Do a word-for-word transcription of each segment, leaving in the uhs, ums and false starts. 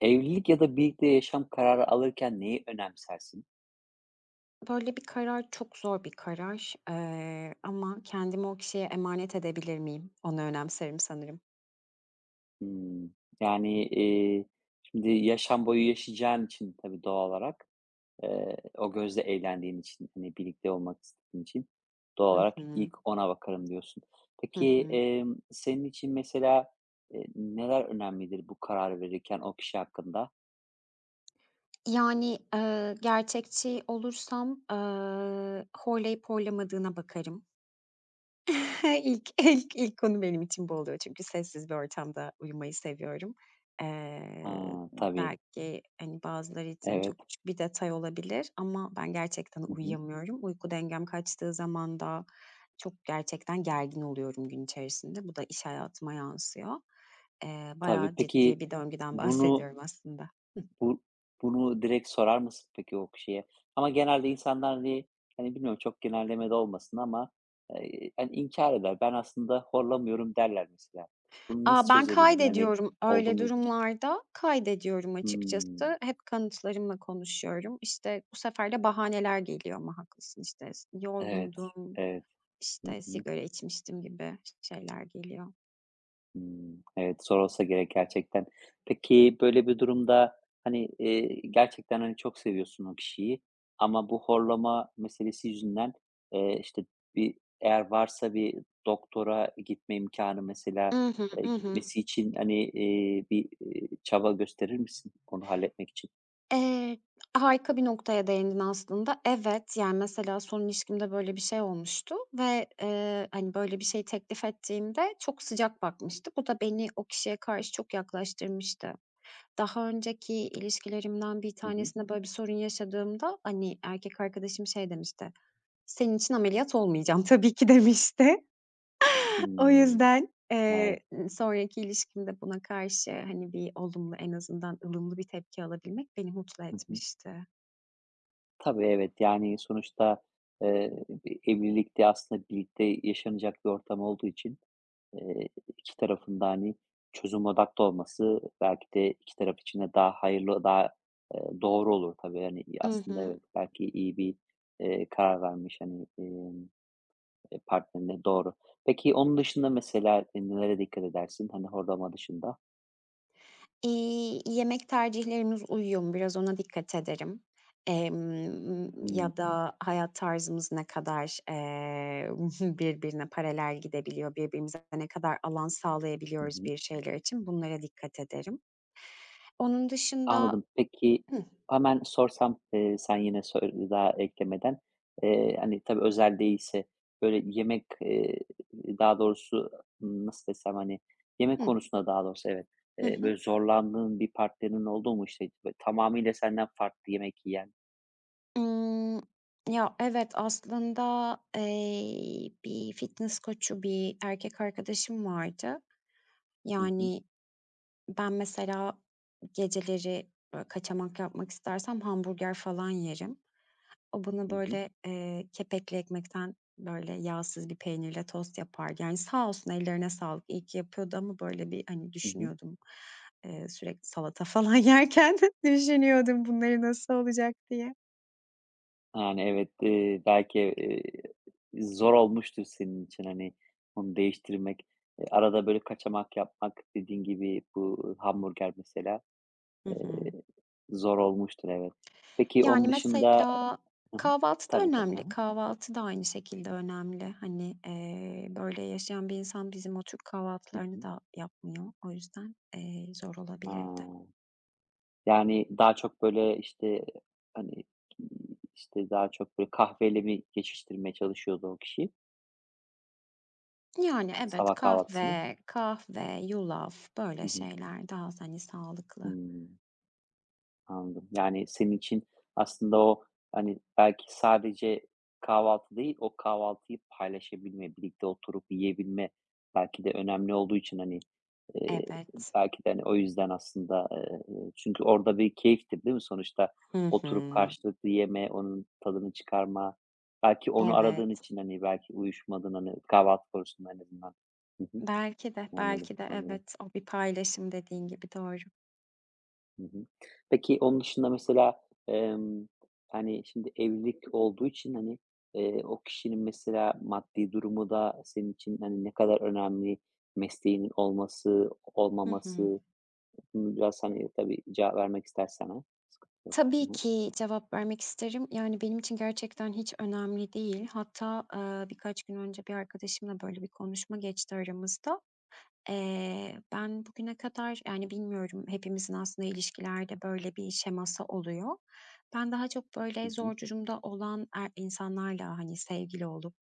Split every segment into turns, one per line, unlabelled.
Evlilik ya da birlikte yaşam kararı alırken neyi önemsersin?
Böyle bir karar çok zor bir karar, eee, ama kendimi o kişiye emanet edebilir miyim? Onu önemserim sanırım.
Hımm, yani, eee, şimdi yaşam boyu yaşayacağın için tabii doğal olarak, eee, o gözle evlendiğin için, hani, birlikte olmak istediğin için doğal
Hı
olarak
hı.
ilk ona bakarım diyorsun.
Hı
Peki,
hı.
emm, senin için mesela, eee, neler önemlidir bu karar verirken o kişi hakkında?
Yani, eee, gerçekçi olursam, eee, horlayıp horlamadığına bakarım. İlk ilk ilk konu benim için bu oluyor çünkü sessiz bir ortamda uyumayı seviyorum. Eee,
Ha, tabii,
belki, hani, bazıları için
evet.
çok küçük bir detay olabilir ama ben gerçekten
Hı hı.
uyuyamıyorum. Uyku dengem kaçtığı zaman da çok gerçekten gergin oluyorum gün içerisinde. Bu da iş hayatıma yansıyor. Eee,
Tabii.
bayağı ciddi
Peki,
bir döngüden
bunu
bahsediyorum aslında. Hıh.
Bu bunu direkt sorar mısın peki o kişiye? Ama genelde insanlar, hani, hani, bilmiyorum çok genelleme de olmasın ama, eee, hani, inkâr eder. Ben aslında horlamıyorum derler mesela. Bunu nasıl
Aaa, ben
çözebildin? Hani,
kaydediyorum
oldu
öyle
mu hiç?
durumlarda, kaydediyorum
Hımm.
açıkçası. Hep kanıtlarımla konuşuyorum. İşte, bu sefer de bahaneler geliyor ama haklısın, işte, s
Evet,
yorgundum,
evet. Hı
işte,
hı.
sigara içmiştim gibi şeyler geliyor.
Hımm, evet, zor olsa gerek gerçekten. Peki, böyle bir durumda, hani, eee, gerçekten, hani, çok seviyorsun o kişiyi ama bu horlama meselesi yüzünden, eee, işte, bir eğer varsa bir doktora gitme imkânı mesela,
Mhm
eee,
mhm.
gitmesi için, hani, eee, bir, eee, çaba gösterir misin onu halletmek için?
Eee, harika bir noktaya değindin aslında. Evet, yani, mesela son ilişkimde böyle bir şey olmuştu ve, eee, hani, böyle bir şey teklif ettiğimde çok sıcak bakmıştı. Bu da beni o kişiye karşı çok yaklaştırmıştı. Daha önceki ilişkilerimden bir
Hı hı.
tanesinde böyle bir sorun yaşadığımda, hani, erkek arkadaşım şey demişti, "Senin için ameliyat olmayacağım tabii ki." demişti. O
Hımm,
yüzden, eee,
evet.
sonraki ilişkimde buna karşı, hani, bir olumlu, en azından ılımlı bir tepki alabilmek beni mutlu
Hı hı.
etmişti.
Tabii, evet, yani, sonuçta, eee, bir evlilik aslında birlikte yaşanacak bir ortam olduğu için Eee, iki tarafın da, hani, çözüm odaklı olması belki de iki taraf için de daha hayırlı, daha, eee, doğru olur tabii. Yani
I
aslında
hı.
evet, belki iyi bir, eee, karar vermiş, hani, emm, eee, partnerine. Doğru. Peki onun dışında mesela, eee, nelere dikkat edersin? Hani, horlama dışında?
İii, yemek tercihlerimiz uyuyor mu? Biraz ona dikkat ederim. Emm,
Hımm.
ya da hayat tarzımız ne kadar, eee, birbirine paralel gidebiliyor, birbirimize ne kadar alan
Hı
sağlayabiliyoruz
hı.
bir şeyler için, bunlara dikkat ederim. Onun dışında
Anladım. Peki,
Hıh,
hemen sorsam, eee, sen yine söyle daha eklemeden. Eee, hani, tabii özel değilse, böyle, yemek, eee, daha doğrusu, nasıl desem, hani, yemek
hıh,
konusunda daha doğrusu, evet,
hı
eee,
hı.
böyle, zorlandığın bir partnerin oldu mu? İşte böyle, tamamıyla senden farklı yemek yiyen?
Imm, ya, evet, aslında, eee, bir fitness koçu bir erkek arkadaşım vardı.
Hı hı.
Yani ben mesela geceleri, böyle, kaçamak yapmak istersem hamburger falan yerim. O bunu
Hı hı.
böyle, eee, kepekli ekmekten, böyle, yağsız bir peynirle tost yapar. Yani, sağ olsun, ellerine sağlık. İyi ki yapıyordu ama böyle bir, hani,
Hı hı.
düşünüyordum, eee, sürekli salata falan yerken düşünüyordum bunları nasıl olacak diye.
Yani, evet, eee, belki, eee, zor olmuştur senin için, hani, onu değiştirmek. Eee, arada, böyle, kaçamak yapmak, dediğin gibi bu hamburger mesela.
Hı
Eee,
hı.
Zor olmuştur, evet. Peki
Yani,
onun dışında.
mesela
Hı hı.
kahvaltı da
Tabii, tabii. Hı
önemli.
hı.
Kahvaltı da aynı şekilde önemli. Hani, eee, böyle yaşayan bir insan bizim o Türk
Hı
kahvaltılarını
hı.
da yapmıyor. O yüzden, eee, zor
Ha.
olabilirdi.
Yani daha çok, böyle, işte, hani, işte, daha çok, böyle, kahveyle mi geçiştirmeye çalışıyordu o kişi
Yani, evet,
sabah kahvaltısını?
kahve, kahve, yulaf
Hı
böyle
hı.
şeyler daha hani sağlıklı.
Hıı. Anladım. Yani, senin için aslında o, hani, belki sadece kahvaltı değil, o kahvaltıyı paylaşabilme, birlikte oturup yiyebilme belki de önemli olduğu için, hani, eee,
Evet.
belki de, hani, o yüzden aslında, eee, çünkü orada bir keyiftir, değil mi sonuçta?
Hı hı.
Oturup karşılıklı yeme, onun tadını çıkarma. Belki onu aradığın
Evet.
için, hani, belki uyuşmadın, hani, kahvaltı konusunda en azından. Hı hı.
Belki de,
Anladım,
belki de
anladım.
evet. O bir paylaşım dediğin gibi, doğru.
Hı hı. Peki onun dışında mesela, emm, hani, şimdi evlilik olduğu için, hani, eee, o kişinin mesela maddi durumu da senin için, hani, ne kadar önemli? Mesleğinin olması,
Hı hı.
olmaması? Bunu biraz, hani, tabii cevap vermek istersen eğer sıkıntı yok.
Tabii
Hı hı.
ki cevap vermek isterim. Yani, benim için gerçekten hiç önemli değil. Hatta, eee, birkaç gün önce bir arkadaşımla böyle bir konuşma geçti aramızda. Eee, ben bugüne kadar, yani, bilmiyorum, hepimizin aslında ilişkilerde böyle bir şeması oluyor. Ben daha çok,
Hı
böyle,
hı.
zor durumda olan er insanlarla, hani, sevgili olup,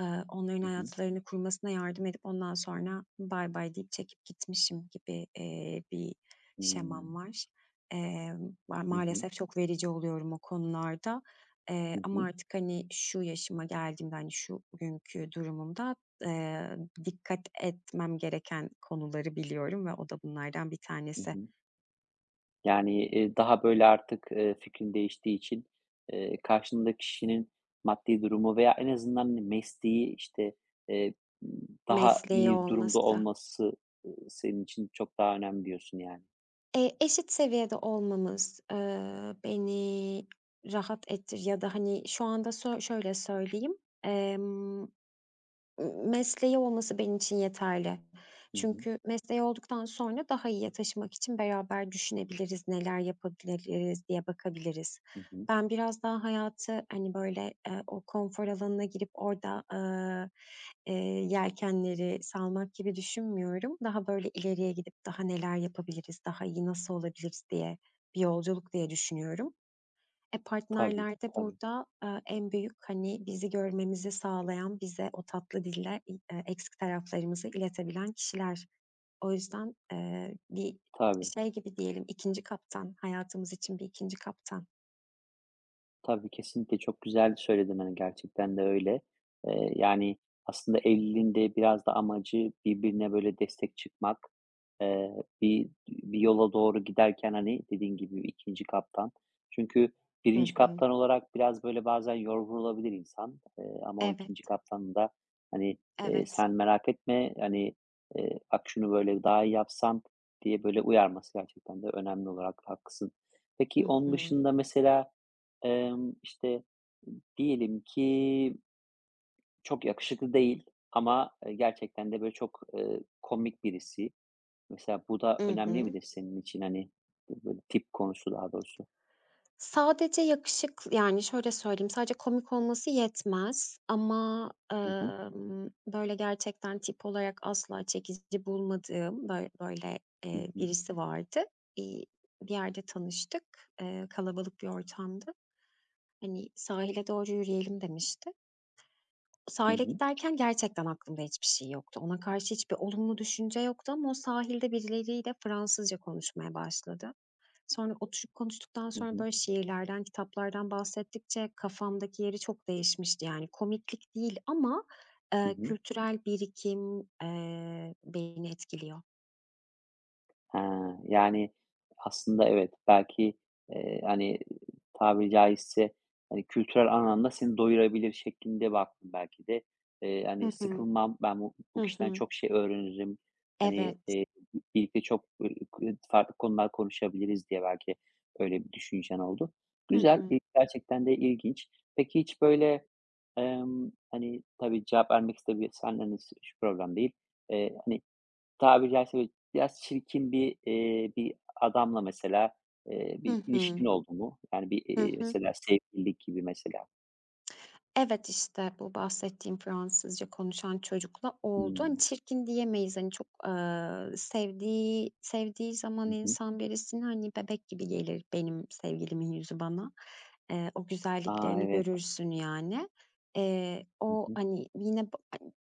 eee, onların
Hı hı.
hayatlarını kurmasına yardım edip ondan sonra "bay bay" deyip çekip gitmişim gibi, eee, bir şemam
Hımm.
var. Eee, ma
Hı hı.
maalesef çok verici oluyorum o konularda, eee,
Hı
ama
hı.
artık, hani, şu yaşıma geldiğimde, hani, şu günkü durumumda Eee, dikkat etmem gereken konuları biliyorum ve o da bunlardan bir
Hı
tanesi.
hı. Yani, eee, daha böyle artık, eee, fikrin değiştiği için, eee, karşındaki kişinin maddi durumu veya en azından mesleği, işte, eee, daha
Mesleği
iyi durumda
olması.
olması, ııı, senin için çok daha önemli diyorsun yani.
Eee, eşit seviyede olmamız, eee, beni rahat ettir ya da, hani, şu anda sö şöyle söyleyeyim, mesleği olması benim için yeterli.
Hı hı.
Çünkü mesleği olduktan sonra daha iyiye taşımak için beraber düşünebiliriz, neler yapabiliriz diye bakabiliriz.
Hı hı.
Ben biraz daha hayatı, hani, böyle, eee, o konfor alanına girip orada, aaa, eee, yelkenleri salmak gibi düşünmüyorum. Daha böyle ileriye gidip daha neler yapabiliriz, daha iyi nasıl olabiliriz diye bir yolculuk diye düşünüyorum. E,
Tabii,
partnerler
tabii,
burada, eee, en büyük, hani, bizi görmemizi sağlayan, bize o tatlı dille i eee, eksik taraflarımızı iletebilen kişiler. O yüzden, eee, bir
tabii.
şey gibi diyelim, ikinci kaptan, hayatımız için bir ikinci kaptan.
Tabii, kesinlikle çok güzel söyledin, hani, gerçekten de öyle. Eee, yani, aslında evliliğin de biraz da amacı birbirine böyle destek çıkmak. Eee, bir bir yola doğru giderken, hani, dediğin gibi ikinci kaptan. Çünkü
Hı
birinci
hı.
kaptan olarak biraz böyle bazen yorulabilir insan, eee, ama o
Evet,
ikinci kaptanın da, hani, eee,
evet.
"Sen merak etme, hani, eee, bak şunu böyle daha iyi yapsan." diye böyle uyarması gerçekten de önemli olarak haklısın.
Hı
Peki, onun
hı.
dışında mesela, Emm, işte, diyelim ki çok yakışıklı değil ama, eee, gerçekten de böyle çok, eee, komik birisi. Mesela bu
I
da önemli
hı.
midir senin için, hani, böyle tip konusu daha doğrusu?
Sadece yakışık yani, şöyle söyleyeyim, sadece komik olması yetmez ama,
Hı hı.
emm, böyle, gerçekten tip olarak asla çekici bulmadığım böy böyle,
Hı
eee,
hı.
birisi vardı. İii, bir yerde tanıştık, eee, kalabalık bir ortamdı. Hani, "Sahile doğru yürüyelim." demişti.
Hı
Sahile
hı.
giderken gerçekten aklımda hiçbir şey yoktu. Ona karşı hiçbir olumlu düşünce yoktu ama o sahilde birileriyle Fransızca konuşmaya başladı. Sonra oturup konuştuktan
Hı
sonra,
hı.
böyle, şiirlerden, kitaplardan bahsettikçe kafamdaki yeri çok değişmişti. Yani komiklik değil ama,
Hı
eee,
hı.
kültürel birikim, eee, beni etkiliyor.
Ha, yani, aslında evet, belki, eee, hani, tabiri caizse, hani, kültürel anlamda seni doyurabilir şeklinde baktım belki de. Eee,
Hı
hani,
hı.
sıkılmam, ben bu bu
Hı
kişiden
hı.
çok şey öğrenirim, hani,
Evet.
eee, birlikte çok, ııı, farklı konular konuşabiliriz diye belki öyle bir düşüncen oldu.
Hı
Güzel,
hı.
eee, gerçekten de ilginç. Peki hiç böyle, emm, hani, tabii cevap vermek istemiyorsan, hani, şu problem değil. Eee, hani, Tabiri caizse böyle biraz çirkin bir, eee, bir adamla mesela, eee, bir
Hı hı.
ilişkin oldu mu? Yani bir,
Hı
eee,
hı.
mesela sevgililik gibi mesela.
Evet, işte, bu bahsettiğim Fransızca konuşan çocukla oldu. Hani,
Hımm.
çirkin diyemeyiz, hani, çok, eee, sevdiği sevdiği zaman
Hı hı.
insan birisini, hani, bebek gibi gelir benim sevgilimin yüzü bana. Eee, o
A,
güzelliklerini
evet.
görürsün, yani. Eee,
Hı
o,
hı.
hani, yine b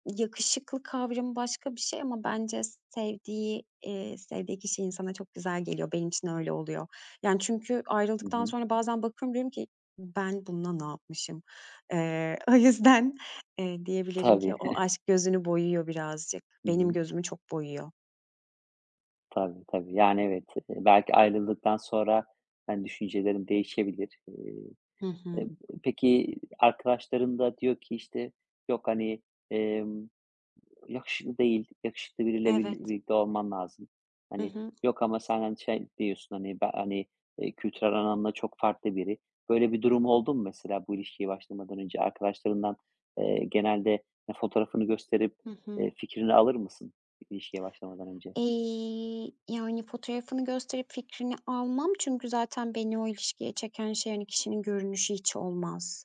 yakışıklı kavramı başka bir şey ama bence sevdiği, eee, sevdiği kişi insana çok güzel geliyor. Benim için öyle oluyor. Yani, çünkü
Hı
ayrıldıktan
hı.
sonra bazen bakıyorum diyorum ki, "Ben bununla ne yapmışım?" Eee, o yüzden, eee, diyebilirim ki
Tabii.
o aşk gözünü boyuyor birazcık.
Hı
Benim
hı.
gözümü çok boyuyor.
Tabii, tabii. Yani evet, eee, belki ayrıldıktan sonra, ben düşüncelerim değişebilir. Eee,
Hı
eee,
hı.
peki arkadaşların da diyor ki, işte, yok, hani, emm Yakışıklı değil, yakışıklı biriyle birli
Evet.
birlikte olman lazım.
Hı
Hani,
hı.
yok ama sen, hani, şey diyorsun, hani, ben, hani, eee, kültürel anlamda çok farklı biri. Böyle bir durum oldu mu mesela bu ilişkiye başlamadan önce? Arkadaşlarından, eee, genelde e, fotoğrafını gösterip,
Hı hı.
eee, fikrini alır mısın ilişkiye başlamadan önce?
Eee, yani, fotoğrafını gösterip fikrini almam çünkü zaten beni o ilişkiye çeken şey, hani, kişinin görünüşü hiç olmaz.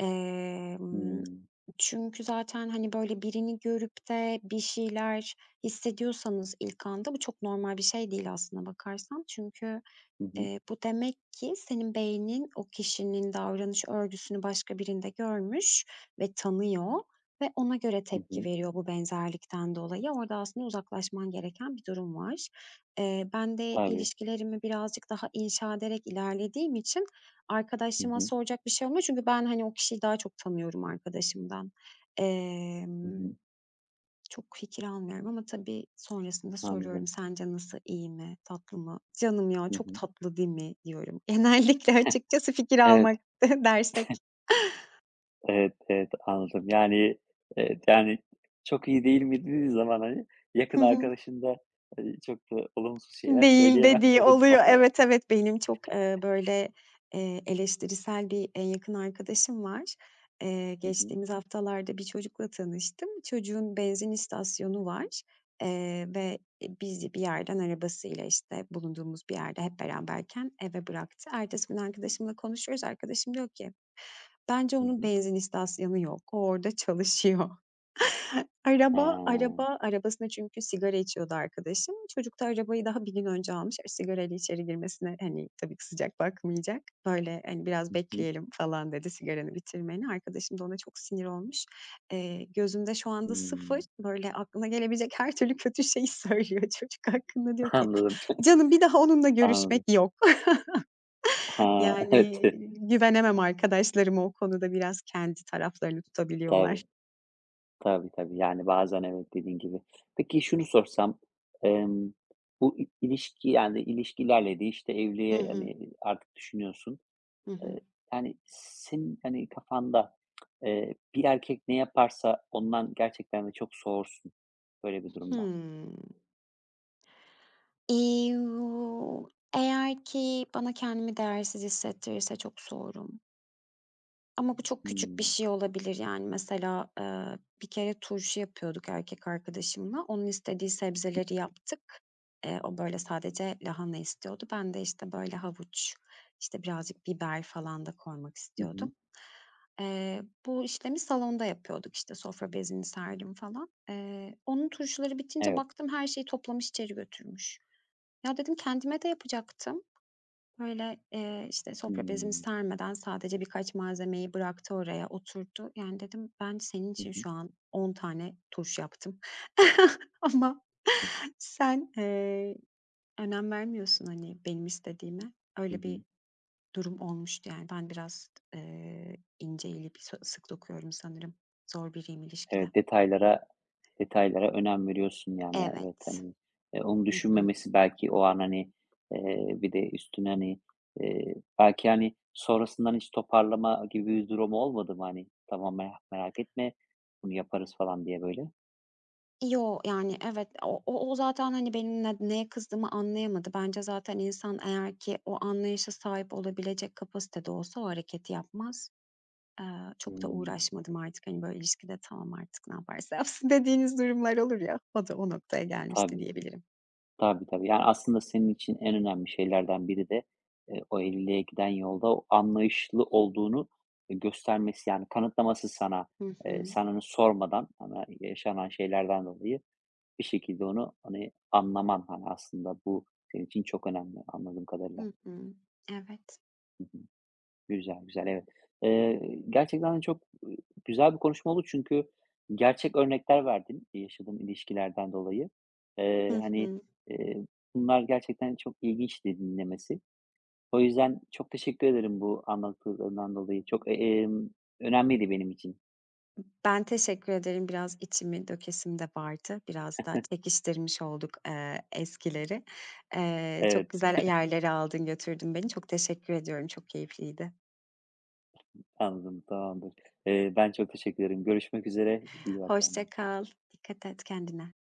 Emm,
Hımm.
çünkü zaten, hani, böyle birini görüp de bir şeyler hissediyorsanız ilk anda bu çok normal bir şey değil aslına bakarsan. Çünkü
Hı hı.
Eee, bu demek ki senin beynin o kişinin davranış örgüsünü başka birinde görmüş ve tanıyor ve ona göre
Hı
tepki
hı.
veriyor bu benzerlikten dolayı. Orada aslında uzaklaşman gereken bir durum var. Eee, ben de
Tabii.
ilişkilerimi birazcık daha inşa ederek ilerlediğim için
Hı
arkadaşıma
hı.
soracak bir şey olmuyor. Çünkü ben hani o kişiyi daha çok tanıyorum arkadaşımdan.
Hı
Emm
hı.
çok fikir almıyorum ama tabii sonrasında soruyorum,
Anladım.
"Sence nasıl, iyi mi, tatlı mı?" "Canım ya,
Hı
çok
hı.
tatlı değil mi?" diyorum. Genellikle açıkçası fikir
Evet.
almak dersek.
Evet, evet, anladım. Yani, eee, yani, "Çok iyi değil mi?" dediği zaman, hani, yakın arkadaşın da, hani, çok da olumsuz şeyler
Değil
söyleyemez
dediği
evet, doğal
oluyor.
olarak.
Evet, evet, benim çok, eee, böyle, eee, eleştirisel bir, en yakın arkadaşım var. Eee,
Hı hı.
geçtiğimiz haftalarda bir çocukla tanıştım. Çocuğun benzin istasyonu var, eee, ve, bizi bir yerden arabasıyla, işte, bulunduğumuz bir yerde hep beraberken eve bıraktı. Ertesi gün arkadaşımla konuşuyoruz. Arkadaşım diyor ki, "Bence
Hı
onun
hı.
benzin istasyonu yok. O orada çalışıyor." He,
Ha.
araba araba arabasına çünkü sigara içiyordu arkadaşım. Çocuk da arabayı daha bir gün önce almış. E, sigarayla içeri girmesine, hani, tabii ki sıcak bakmayacak. Böyle, hani, "Biraz
Hı hı.
bekleyelim." falan dedi sigaranı bitirmeni. Arkadaşım da ona çok sinir olmuş. Eee, gözümde şu anda sıfır,
Hımm.
böyle, aklına gelebilecek her türlü kötü şeyi söylüyor çocuk hakkında. Diyor ki,
Anladım,
"Canım, bir daha onunla görüşmek
anladım.
yok."
Ha,
Yani,
evet.
güvenemem arkadaşlarıma o konuda. Biraz kendi taraflarını tutabiliyorlar.
Tabii, tabii, tabii. Yani, bazen evet, dediğin gibi. Peki şunu sorsam, emm, bu i ilişki, yani, ilişkilerle de, işte,
Hı
evliliğe,
hı.
hani, artık düşünüyorsun.
Hı hı.
Eee, yani, senin, hani, kafanda, eee, bir erkek ne yaparsa ondan gerçekten de çok soğursun böyle bir durumda.
Hımm. İii, eğer ki bana kendimi değersiz hissettirirse çok soğurum ama bu çok küçük bir
Hımm.
şey olabilir. Yani, mesela, eee, bir kere turşu yapıyorduk erkek arkadaşımla. Onun istediği sebzeleri yaptık. Eee, o, böyle, sadece lahana istiyordu. Ben de, işte, böyle, havuç, işte, birazcık biber falan da koymak
Hı hı.
istiyordum. Eee, bu işlemi salonda yapıyorduk, işte, sofra bezini serdim falan. Eee, onun turşuları bitince
Evet.
baktım her şeyi toplamış içeri götürmüş. Ya, dedim kendime de yapacaktım. Böyle, eee, işte, sofra bezini
Hımm.
sermeden sadece birkaç malzemeyi bıraktı oraya, oturdu. Yani, dedim ben senin
Hı
için
hı.
şu an on tane turşu yaptım ama
Hı hı.
sen, eee, önem vermiyorsun, hani, benim istediğime.
Hı
Öyle
hı.
bir durum olmuştu, yani. Ben biraz, eee, ince elip sık dokuyorum sanırım. Zor biriyim ilişkide.
Evet, detaylara detaylara önem veriyorsun, yani, ya, evet,
Evet.
hani, eee, onu
Hı hı.
düşünmemesi belki o an, hani, eee, bir de üstüne, hani, eee, belki, hani, sonrasından hiç toparlama gibi bir durumu olmadı mı? Hani, "Tamam, mera merak etme, bunu yaparız." falan diye böyle.
Yo, yani, evet, o o o zaten, hani, benim ne neye kızdığımı anlayamadı. Bence zaten insan eğer ki o anlayışa sahip olabilecek kapasitede olsa o hareketi yapmaz. Eee, çok da
Hımm.
uğraşmadım artık. Hani, böyle ilişkide "Tamam artık ne yaparsa yapsın." dediğiniz durumlar olur ya, o da o noktaya gelmişti
Tabii.
diyebilirim.
Tabii, tabii. Yani, aslında senin için en önemli şeylerden biri de, eee, o evliliğe giden yolda o anlayışlı olduğunu, eee, göstermesi, yani, kanıtlaması sana.
Hı
Eee,
hı.
sen onu sormadan ama yaşanan şeylerden dolayı bir şekilde onu, hani, anlaman, hani, aslında bu senin için çok önemli anladığım kadarıyla.
Hı hı. Evet.
Güzel, güzel, evet. Eee, gerçekten de çok, ııı, güzel bir konuşma oldu çünkü gerçek örnekler verdin yaşadığın ilişkilerden dolayı. Eee,
Hı
hani,
hı.
eee, bunlar gerçekten çok ilginçti dinlemesi. O yüzden çok teşekkür ederim bu anlattıklarından dolayı. Çok, e, emm, önemliydi benim için.
Ben teşekkür ederim. Biraz içimi dökesim de vardı. Biraz da çekiştirmiş olduk, eee, eskileri. Eee, çok
Evet,
güzel yerlere aldın götürdün beni. Çok teşekkür ediyorum. Çok keyifliydi.
anladım, tamamdır. Eee, ben çok teşekkür ederim. Görüşmek üzere, iyi bak
Hoşça
kendine.
kal. Dikkat et kendine.